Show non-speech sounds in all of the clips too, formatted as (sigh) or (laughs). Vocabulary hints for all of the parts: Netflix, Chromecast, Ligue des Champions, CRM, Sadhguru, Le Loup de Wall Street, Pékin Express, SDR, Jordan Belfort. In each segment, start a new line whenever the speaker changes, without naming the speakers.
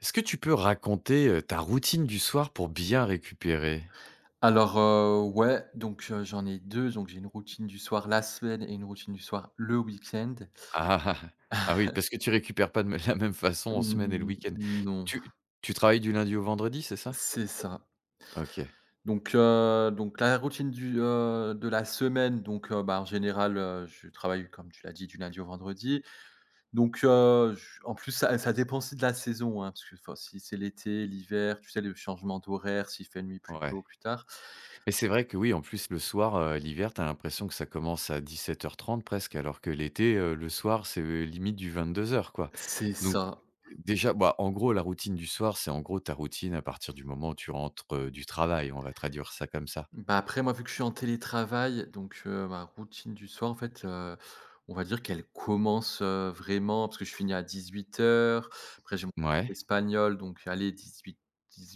Est-ce que tu peux raconter, ta routine du soir pour bien récupérer?
Alors, ouais, donc j'en ai deux, donc j'ai une routine du soir la semaine et une routine du soir le week-end.
Ah! (laughs) Ah oui, parce que tu récupères pas de (laughs) la même façon en semaine et le
Mmh,
week-end.
non,
Tu tu travailles du lundi au vendredi, c'est ça?
c'est ça.
OK,
Donc la routine de la semaine, donc bah, en général, je travaille comme tu l'as dit du lundi au vendredi. Donc j en plus, ça dépend aussi de la saison, hein, parce que, enfin, si c'est l'été, l'hiver, tu sais, le changement d'horaire, s'il fait nuit plus
ouais.
tôt, plus tard.
Mais c'est vrai que oui, en plus le soir, l'hiver, t'as l'impression que ça commence à 17h30 presque, alors que l'été, le soir, c'est, limite du 22h quoi.
C'est
Donc
ça.
déjà, bah, en gros, la routine du soir, c'est en gros ta routine à partir du moment où tu rentres, du travail, on va traduire ça comme ça.
Bah, après, moi, vu que je suis en télétravail, donc ma routine du soir, en fait, on va dire qu'elle commence, vraiment parce que je finis à 18 h. Après, j'ai mon cours
Ouais,
d'espagnol, donc allez, dix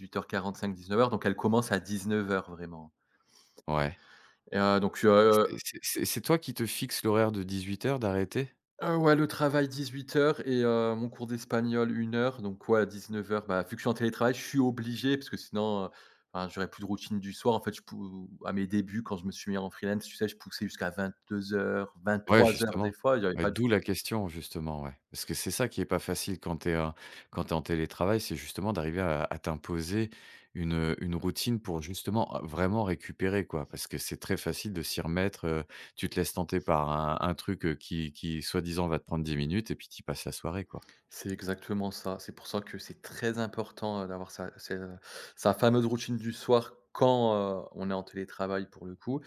neuf heures quarante-cinq, 19 h. Donc elle commence à 19 h vraiment.
ouais.
et heu, donc heu
C'est toi qui te fixes l'horaire de 18h d'arrêter?
Ouais, le travail 18 h mon cours d'espagnol une heure, donc, ouais, à 19 h. Bah, vu que je suis en télétravail, je suis obligé parce que sinon, ben, j'aurais plus de routine du soir. En fait, je pou à mes débuts, quand je me suis mis en freelance, tu sais, je poussais jusqu'à 22, 23 h,
Ouais,
23 h des
justement.
fois, et j'arrivais
Ouais,
pas du
d'où la
tout.
question, justement, ouais. Parce que c'est ça qui est pas facile quand tu es en télétravail, c'est justement d'arriver à t'imposer une routine pour justement, a vraiment récupérer, quoi. Parce que c'est très facile de s'y remettre, tu te laisses tenter par un truc, qui soi-disant va te prendre 10 minutes et puis tu passes la soirée, quoi.
C'est exactement ça. C'est pour ça que c'est très important, d'avoir sa sa fameuse routine du soir quand, on est en télétravail pour le coup.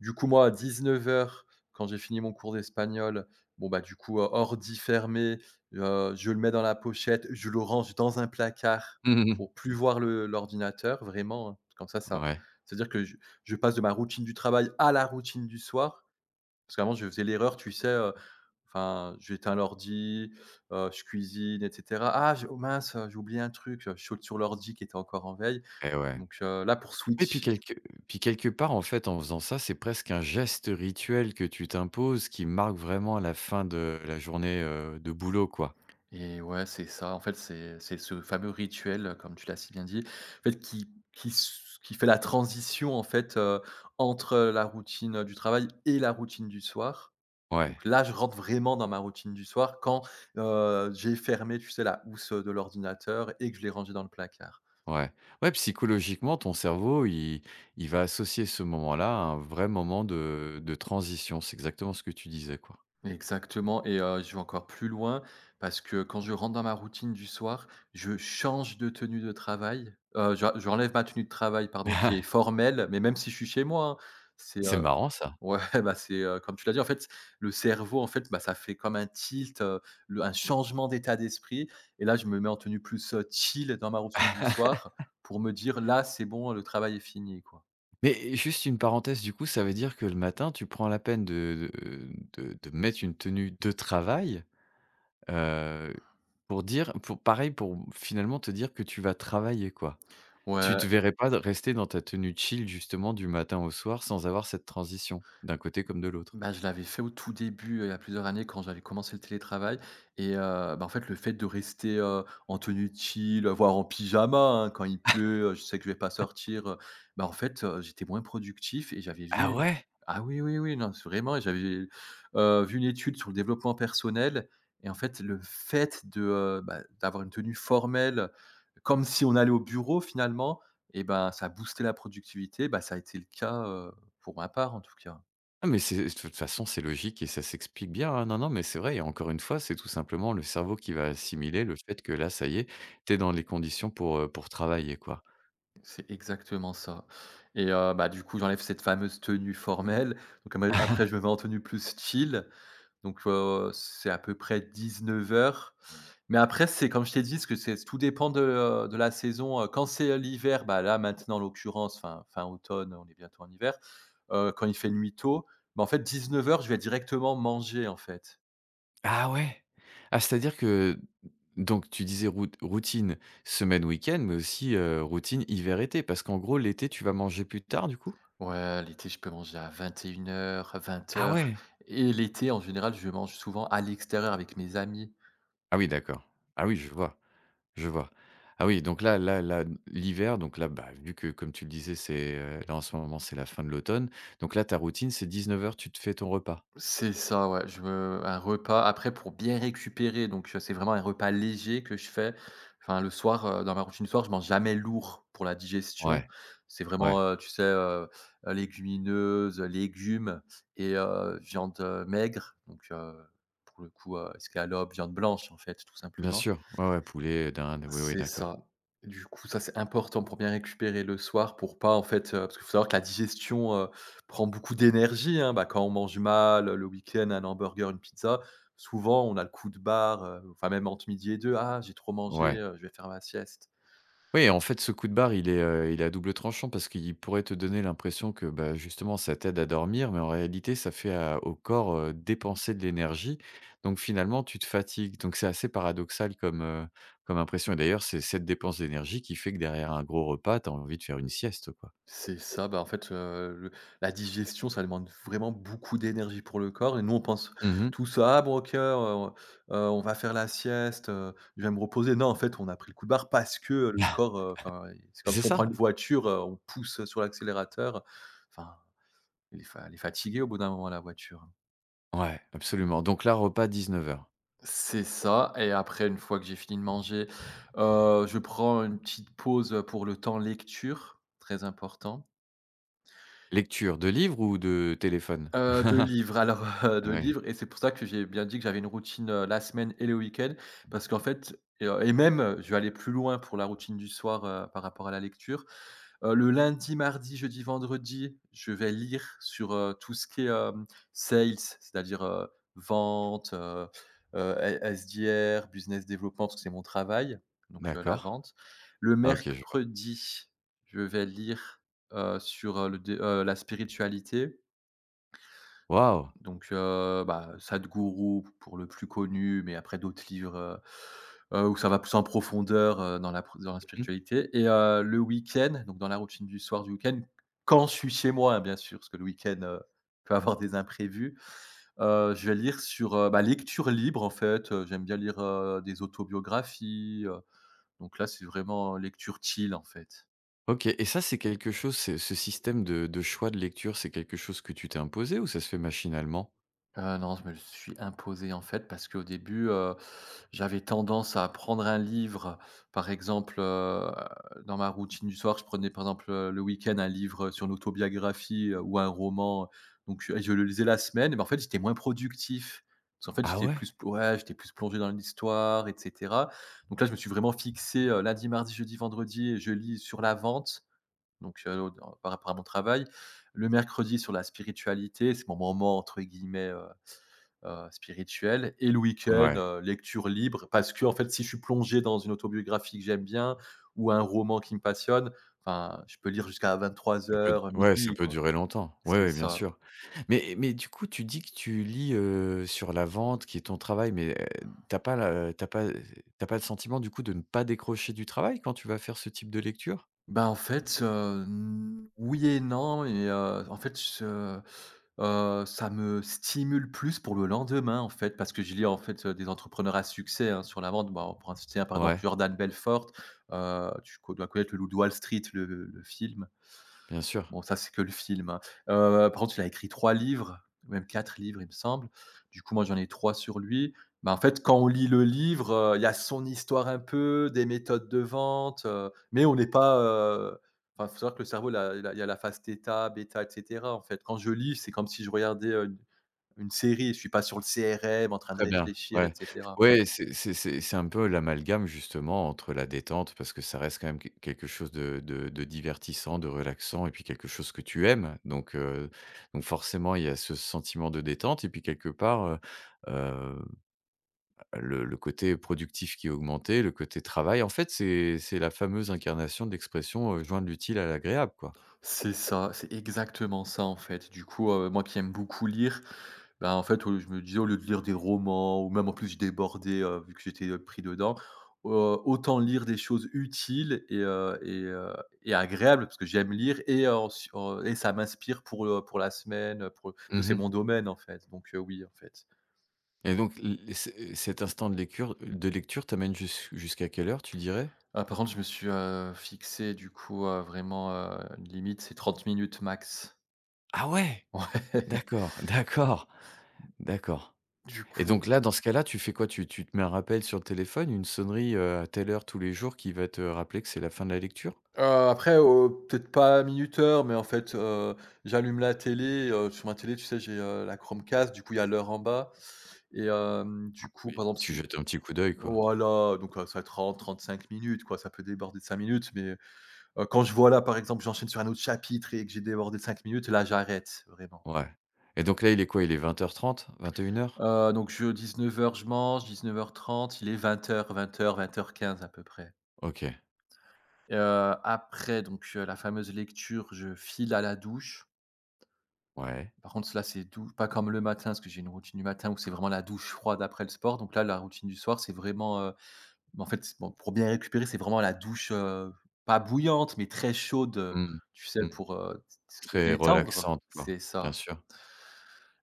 Du coup, moi, à 19 h, quand j'ai fini mon cours d'espagnol, bon, bah, du coup, ordi fermé, je le mets dans la pochette, je le range dans un placard pour plus voir le l'ordinateur vraiment, hein. Comme ça,
(laughs) Ouais,
c'est-à-dire que je passe de ma routine du travail à la routine du soir. Parce qu'avant, je faisais l'erreur, tu sais, enfin, j'éteins l'ordi, je cuisine, et cetera. Ah, je oh, mince, j'ai oublié un truc, je saute sur l'ordi qui était encore en veille.
et ouais.
Donc, là, pour
Et puis
switch.
quelque puis quelque part, en fait, en faisant ça, c'est presque un geste rituel que tu t'imposes qui marque vraiment la fin de la journée, de boulot, quoi.
Et ouais, c'est ça. En fait, c'est ce fameux rituel, comme tu l'as si bien dit, en fait, qui fait la transition, en fait, entre la routine du travail et la routine du soir. Donc
Ouais,
là, je rentre vraiment dans ma routine du soir quand, j'ai fermé, tu sais, la housse de l'ordinateur, et que je l'ai rangée dans le placard.
ouais. Ouais, psychologiquement, ton cerveau, il va associer ce moment-là à un vrai moment de transition. C'est exactement ce que tu disais, quoi.
Exactement, je vais encore plus loin parce que, quand je rentre dans ma routine du soir, je change de tenue de travail, je j'enlève ma tenue de travail, pardon, qui est
(laughs)
formelle, mais même si je suis chez moi, hein, c'est,
C'est marrant ça.
ouais, (laughs) bah, c'est, comme tu l'as dit, en fait, le cerveau, en fait, bah, ça fait comme un tilt, le un changement d'état d'esprit, et là je me mets en tenue plus, chill, dans ma routine du soir, pour me dire: «Là, c'est bon, le travail est fini», quoi.
Mais juste une parenthèse, du coup, ça veut dire que le matin, tu prends la peine de mettre une tenue de travail? Heu, pour finalement te dire que tu vas travailler, quoi. Tu
Ouais.
te verrais pas de rester dans ta tenue chill justement du matin au soir sans avoir cette transition, d'un côté comme de l'autre?
Bah, je l'avais fait au tout début, il y a plusieurs années, quand j'avais commencé le télétravail. Bah, en fait, le fait de rester, en tenue de chill, voire en pyjama, hein, quand il pleut, je sais que je vais pas sortir, bah, en fait, j'étais moins productif, et j'avais
Ah
vu,
ouais?
ah oui, oui, oui, non, c'est vraiment. Et j'avais, vu une étude sur le développement personnel. Et en fait, le fait bah, d'avoir une tenue formelle, comme si on allait au bureau, finalement, et ben, ça a boosté la productivité, bah, ça a été le cas, pour ma part, en tout cas.
Ah mais c'est de toute façon, c'est logique et ça s'explique bien, hein. Non, non, mais c'est vrai et encore une fois, c'est tout simplement le cerveau qui va assimiler le fait que là, ça y est, t'es dans les conditions pour travailler, quoi.
C'est exactement ça. Bah, du coup, j'enlève cette fameuse tenue formelle, donc ama après je me mets en tenue plus chill, donc c'est à peu près 19 h. Mais après, c'est comme je t'ai dit, ce que c'est, tout dépend de la saison, quand c'est, l'hiver, bah, là, maintenant, en l'occurrence, fin automne, on est bientôt en hiver, quand il fait nuit tôt, bah, en fait, 19 h, je vais directement manger, en fait.
Ah ouais! Ah, c'est-à-dire que donc tu disais routine semaine, week-end, mais aussi, routine hiver-été? Parce qu'en gros, l'été, tu vas manger plus tard, du coup?
Ouais, l'été, je peux manger à 21 h, à vingt
Ah
heures.
ouais!
Et l'été, en général, je mange souvent à l'extérieur avec mes amis.
Ah oui, d'accord. Ah oui, je vois, je vois. Ah oui, donc là là là, l'hiver, donc là, bah, vu que comme tu le disais, c'est, là, en ce moment, c'est la fin de l'automne, donc là, ta routine, c'est 19h tu te fais ton repas?
C'est ça, ouais, je me un repas après pour bien récupérer, donc c'est vraiment un repas léger que je fais. Enfin, le soir, dans ma routine du soir, je mange jamais lourd pour la digestion.
Ouais,
C'est
ouais,
vraiment, tu sais, légumineuses, légumes, et viande, maigre, donc pour le coup, escalope, viande blanche, en fait, tout
bien
simplement.
sûr, ouais, ouais, poulet, dinde, oui, oui,
C'est
d'accord.
ça. Du coup, ça, c'est important pour bien récupérer le soir, pour pas, en fait, parce qu'il faut savoir que la digestion, prend beaucoup d'énergie, hein. Bah, quand on mange mal, le week-end, un hamburger, une pizza, souvent, on a le coup de barre, enfin, même entre midi et deux. «Ah, j'ai trop mangé,
Ouais.
je vais faire ma sieste».
Oui, en fait, ce coup de barre, il est à double tranchant parce qu'il pourrait te donner l'impression que, bah, justement, ça t'aide à dormir, mais en réalité, ça fait à au corps, dépenser de l'énergie. Donc finalement, tu te fatigues. Donc c'est assez paradoxal comme impression et d'ailleurs, c'est cette dépense d'énergie qui fait que derrière un gros repas, tu as envie de faire une sieste, quoi.
C'est ça, bah, en fait, le la digestion, ça demande vraiment beaucoup d'énergie pour le corps, et nous, on pense
Mmh. (laughs)
tous: «Ah bon, OK, on va faire la sieste, je vais me reposer». Non, en fait, on a pris le coup de barre parce que, le corps, enfin, ouais, c'est comme
C'est
si on
ça,
prend une
ouais.
voiture, on pousse sur l'accélérateur, enfin, elle est fatiguée au bout d'un moment, la voiture.
Ouais, absolument. Donc là, repas 19h.
C'est ça. Et après, une fois que j'ai fini de manger, je prends une petite pause, pour le temps lecture, très important.
Lecture de livre ou de téléphone?
2 livres, alors, (laughs)
Ah
2
oui,
livres, et c'est pour ça que j'ai bien dit que j'avais une routine, la semaine et le week-end, parce qu'en fait, et même, je vais aller plus loin pour la routine du soir, par rapport à la lecture. Le lundi, mardi, jeudi, vendredi, je vais lire sur, tout ce qui est, sales, c'est-à-dire, vente, S SDR, business development, parce que c'est mon travail, donc la
d'accord.
vente. Le
Ah OK, je vois.
mercredi, je vais lire, sur, le dé la spiritualité.
Waouh!
Donc, bah, Sadhguru pour le plus connu, mais après, d'autres livres, où ça va plus en profondeur, dans la pro dans la spiritualité, et le week-end, donc dans la routine du soir du week-end, quand je suis chez moi, hein, bien sûr, parce que le week-end, peut avoir des imprévus, je vais lire sur, bah, lecture libre, en fait, j'aime bien lire, des autobiographies, donc là, c'est vraiment lecture chill, en fait.
OK, et ça, c'est quelque chose, ce système de choix de lecture, c'est quelque chose que tu t'es imposé ou ça se fait machinalement?
Non, je me le suis imposé, en fait, parce qu'au début, j'avais tendance à prendre un livre, par exemple, dans ma routine du soir, je prenais, par exemple, le week-end, un livre sur l'autobiographie, ou un roman, donc, et je le lisais la semaine, mais en fait j'étais moins productif. Parce qu'en fait,
Ah ouais?
j'étais plus plongé dans l'histoire, et cetera, donc là je me suis vraiment fixé, lundi, mardi, jeudi, vendredi, et je lis sur la vente, donc au par rapport à mon travail. Le mercredi sur la spiritualité, c'est mon moment entre guillemets, spirituel, et le week-end,
Ouais,
lecture libre, parce que, en fait, si je suis plongé dans une autobiographie que j'aime bien ou un roman qui me passionne, enfin, je peux lire jusqu'à vingt-trois heures
ouais, ça
minuit,
peut
quoi.
durer longtemps. Ouais,
C'est
ouais, bien
ça.
sûr. Mais du coup, tu dis que tu lis, sur la vente qui est ton travail, mais, tu pas la tu pas t'as pas le sentiment, du coup, de ne pas décrocher du travail quand tu vas faire ce type de lecture?
Ben, en fait, n oui et non, en fait, je ça me stimule plus pour le lendemain, en fait, parce que je lis, en fait, des entrepreneurs à succès, hein, sur la vente. Bon, on pourra citer, par exemple,
Ouais,
Jordan Belfort. Tu co dois connaître Le Loup de Wall Street, le film.
bien sûr.
Bon, ça, c'est que le film, hein. Par contre, il a écrit 3 livres, ou même 4 livres, il me semble. Du coup, moi, j'en ai 3 sur lui. Bah, en fait, quand on lit le livre, il y a son histoire un peu, des méthodes de vente, mais on n'est pas, enfin, faut savoir que le cerveau, il y a la phase θ, bêta, et cetera, en fait. Quand je lis, c'est comme si je regardais, une série, je suis pas sur le CRM en train de
Très bien,
réfléchir, et
ouais.
cetera.
Ouais, c'est un peu l'amalgame justement entre la détente, parce que ça reste quand même qu quelque chose de divertissant, de relaxant et puis quelque chose que tu aimes. Donc forcément, il y a ce sentiment de détente et puis quelque part, heu, le côté productif qui est augmenté, le côté travail. En fait, c'est la fameuse incarnation de l'expression, «joindre l'utile à l'agréable», quoi.
C'est ça, c'est exactement ça, en fait. Du coup, moi qui aime beaucoup lire, bah, en fait, au je me disais au lieu de lire des romans ou même en plus je débordais, vu que j'étais, pris dedans, heu, autant lire des choses utiles et agréables parce que j'aime lire et ça m'inspire pour la semaine, pour parce que c'est mon
Mmh
domaine en fait, donc oui en fait.
et donc l c cet instant de lecture t'amène jusqu'à quelle heure, tu dirais?
Ah, par contre, je me suis, fixé, du coup, vraiment, une limite, c'est 30 minutes max.
Ah ouais!
(laughs) Ouais.
D'accord, d'accord, d'accord,
Du
et
coup.
donc là, dans ce cas-là, tu fais quoi? Tu te mets un rappel sur le téléphone, une sonnerie, à telle heure tous les jours qui va te rappeler que c'est la fin de la lecture?
Après, peut-être pas minuteur, mais en fait, j'allume la télé, sur ma télé, tu sais, j'ai, la Chromecast, du coup, il y a l'heure en bas et du coup, par
Oui.
exemple,
Tu
si
jettes un petit coup d'œil, quoi?
voilà, donc, ça va être trente, 35 minutes, quoi, ça peut déborder de 5 minutes, mais quand je vois là, par exemple, j'enchaîne sur un autre chapitre et que j'ai débordé de 5 minutes, là, j'arrête vraiment.
Ouais, et donc là, il est quoi? Il est 20:30-21:00?
Donc je 19h je mange, 19h30, il est 20h15 à peu près.
OK,
Et après, donc, la fameuse lecture, je file à la douche.
ouais.
Par contre, là, c'est dou pas comme le matin, parce que j'ai une routine du matin où c'est vraiment la douche froide après le sport. Donc là, la routine du soir, c'est vraiment, bah, en fait, c'est bon, pour bien récupérer, c'est vraiment la douche, pas bouillante, mais très chaude,
Mmh
tu sais,
mh. Mmh.
pour, se
Très
détendre.
relaxante, quoi,
C'est
bien
ça.
sûr.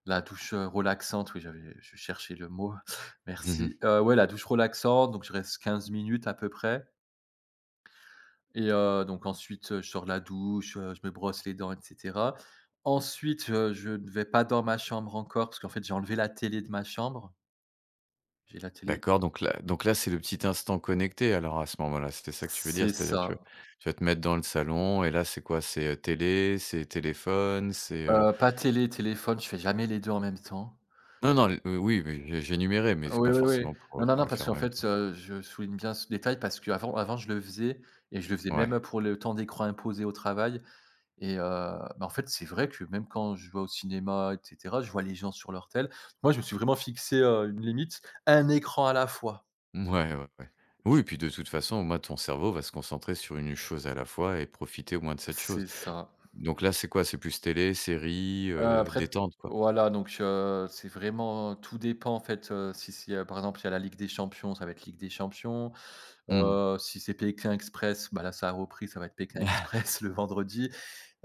La douche, relaxante, oui, j'avais je cherchais le mot, (laughs)
(laughs) Mmh.
merci. Ouais, la douche relaxante, donc je reste 15 minutes à peu près. Et, donc ensuite, je sors de la douche, je me brosse les dents, et cetera. Ensuite, je ne vais pas dans ma chambre encore parce qu'en fait, j'ai enlevé la télé de ma chambre. J'ai la télé.
D'accord, donc là, c'est le petit instant connecté, alors à ce moment-là, c'était ça que tu veux dire?
C'est
C'est-à-dire tu vas
ça.
te mettre dans le salon et là, c'est quoi? C'est, télé, c'est téléphone, c'est.
Pas télé, téléphone, je fais jamais les 2 en même temps.
Non, non, oui, j'énumérais, mais c'est
Oui,
pas
oui, oui.
forcément pour,
Non,
euh,
non,
pour
non,
les
parce
faire en
qu'en
même
fait,
temps.
je souligne bien ce détail parce qu'avant avant avant, je le faisais et je le faisais
Ouais.
même, pour le temps d'écran imposé au travail. Et, bah, en fait, c'est vrai que même quand je vais au cinéma, et cetera, je vois les gens sur leur tel. Moi, je me suis vraiment fixé, une limite, un écran à la fois.
Mouais, ouais, ouais.
Du
Oui, puis de toute façon, au moins ton cerveau va se concentrer sur une chose à la fois et profiter au moins de cette chose.
C'est ça.
Donc là, c'est quoi? C'est plus télé, série,
Après,
détente, quoi?
voilà, donc, c'est vraiment, tout dépend en fait, si, par exemple, il y a la Ligue des Champions, ça va être Ligue des Champions.
Mmh.
Si c'est Pékin Express, bah, là, ça a repris, ça va être Pékin
(laughs)
Express (laughs) le vendredi.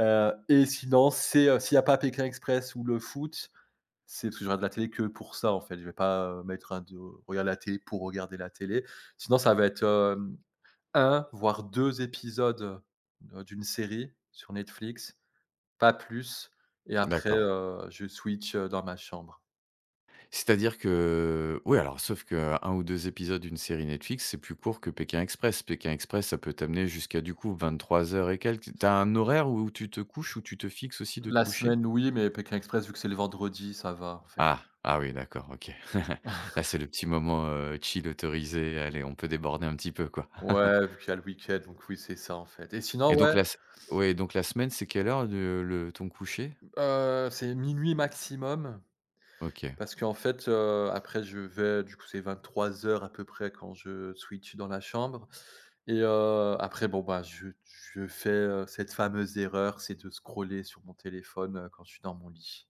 Et sinon, c'est, s'il n'y a pas Pékin Express ou le foot. C'est parce que je regarde la télé que pour ça, en fait. Je vais pas, mettre un de regarder la télé pour regarder la télé. Sinon, ça va être, un voire 2 épisodes, d'une série sur Netflix, pas plus, et après,
D'accord.
je switch, dans ma chambre.
C'est-à-dire que oui, alors sauf qu'un ou 2 épisodes d'une série Netflix, c'est plus court que Pékin Express. Pékin Express, ça peut t'amener jusqu'à, du coup, 23h et quelques. T'as un horaire où tu te couches, où tu te fixes aussi de te
La
coucher?
semaine, oui, mais Pékin Express, vu que c'est le vendredi, ça va, en fait.
Ah! Ah oui, d'accord, OK. (laughs)
(laughs)
Là, c'est le petit moment, chill autorisé. Allez, on peut déborder un petit peu, quoi.
Ouais, vu
(laughs)
qu'il y a le week-end, donc oui, c'est ça, en fait, et sinon,
Et donc
ouais,
la s ouais, donc la semaine, c'est quelle heure de le ton coucher?
c'est minuit maximum.
OK.
Parce qu'en fait, après je vais du coup, c'est 23h à peu près quand je switch dans la chambre. Et, après bon, bah, je fais, cette fameuse erreur, c'est de scroller sur mon téléphone, quand je suis dans mon lit.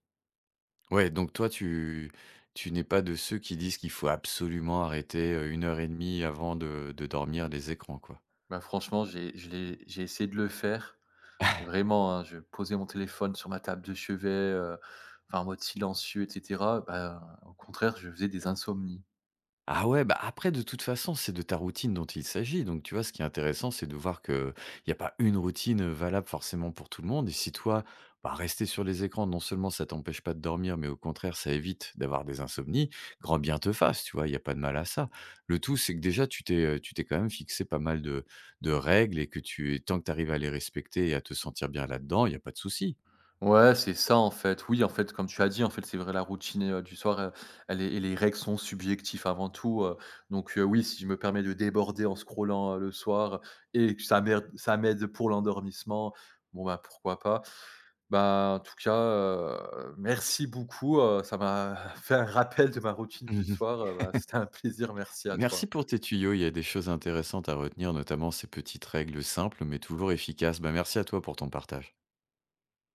Ouais, donc toi, tu n'es pas de ceux qui disent qu'il faut absolument arrêter, une heure et demie avant de dormir les écrans, quoi?
Bah, franchement, j'ai je l'ai j'ai essayé de le faire, vraiment, hein, je posais mon téléphone sur ma table de chevet, enfin en mode silencieux, et cetera. Bah, au contraire, je faisais des insomnies.
Ah ouais, bah, après de toute façon, c'est de ta routine dont il s'agit. Donc, tu vois, ce qui est intéressant, c'est de voir qu'il y a pas une routine, valable forcément pour tout le monde. Et si toi, bah, rester sur les écrans, non seulement ça t'empêche pas de dormir, mais au contraire, ça évite d'avoir des insomnies, grand bien te fasse, tu vois? Il y a pas de mal à ça. Le tout, c'est que déjà tu t'es quand même fixé pas mal de règles et tant que tu arrives à les respecter et à te sentir bien là-dedans, il y a pas de souci.
Ouais, c'est ça, en fait. Oui, en fait, comme tu as dit, en fait, c'est vrai, la routine, du soir, elle est et les règles sont subjectives avant tout, donc, oui, si je me permets de déborder en scrollant, le soir, et que ça m'aide pour l'endormissement, bon, bah, pourquoi pas? Bah, en tout cas, merci beaucoup, ça m'a (laughs) fait un rappel de ma routine du
(laughs)
soir, bah, c'était un plaisir, merci à toi.
Merci pour tes tuyaux, il y a des choses intéressantes à retenir, notamment ces petites règles simples mais toujours efficaces. Bah, merci à toi pour ton partage.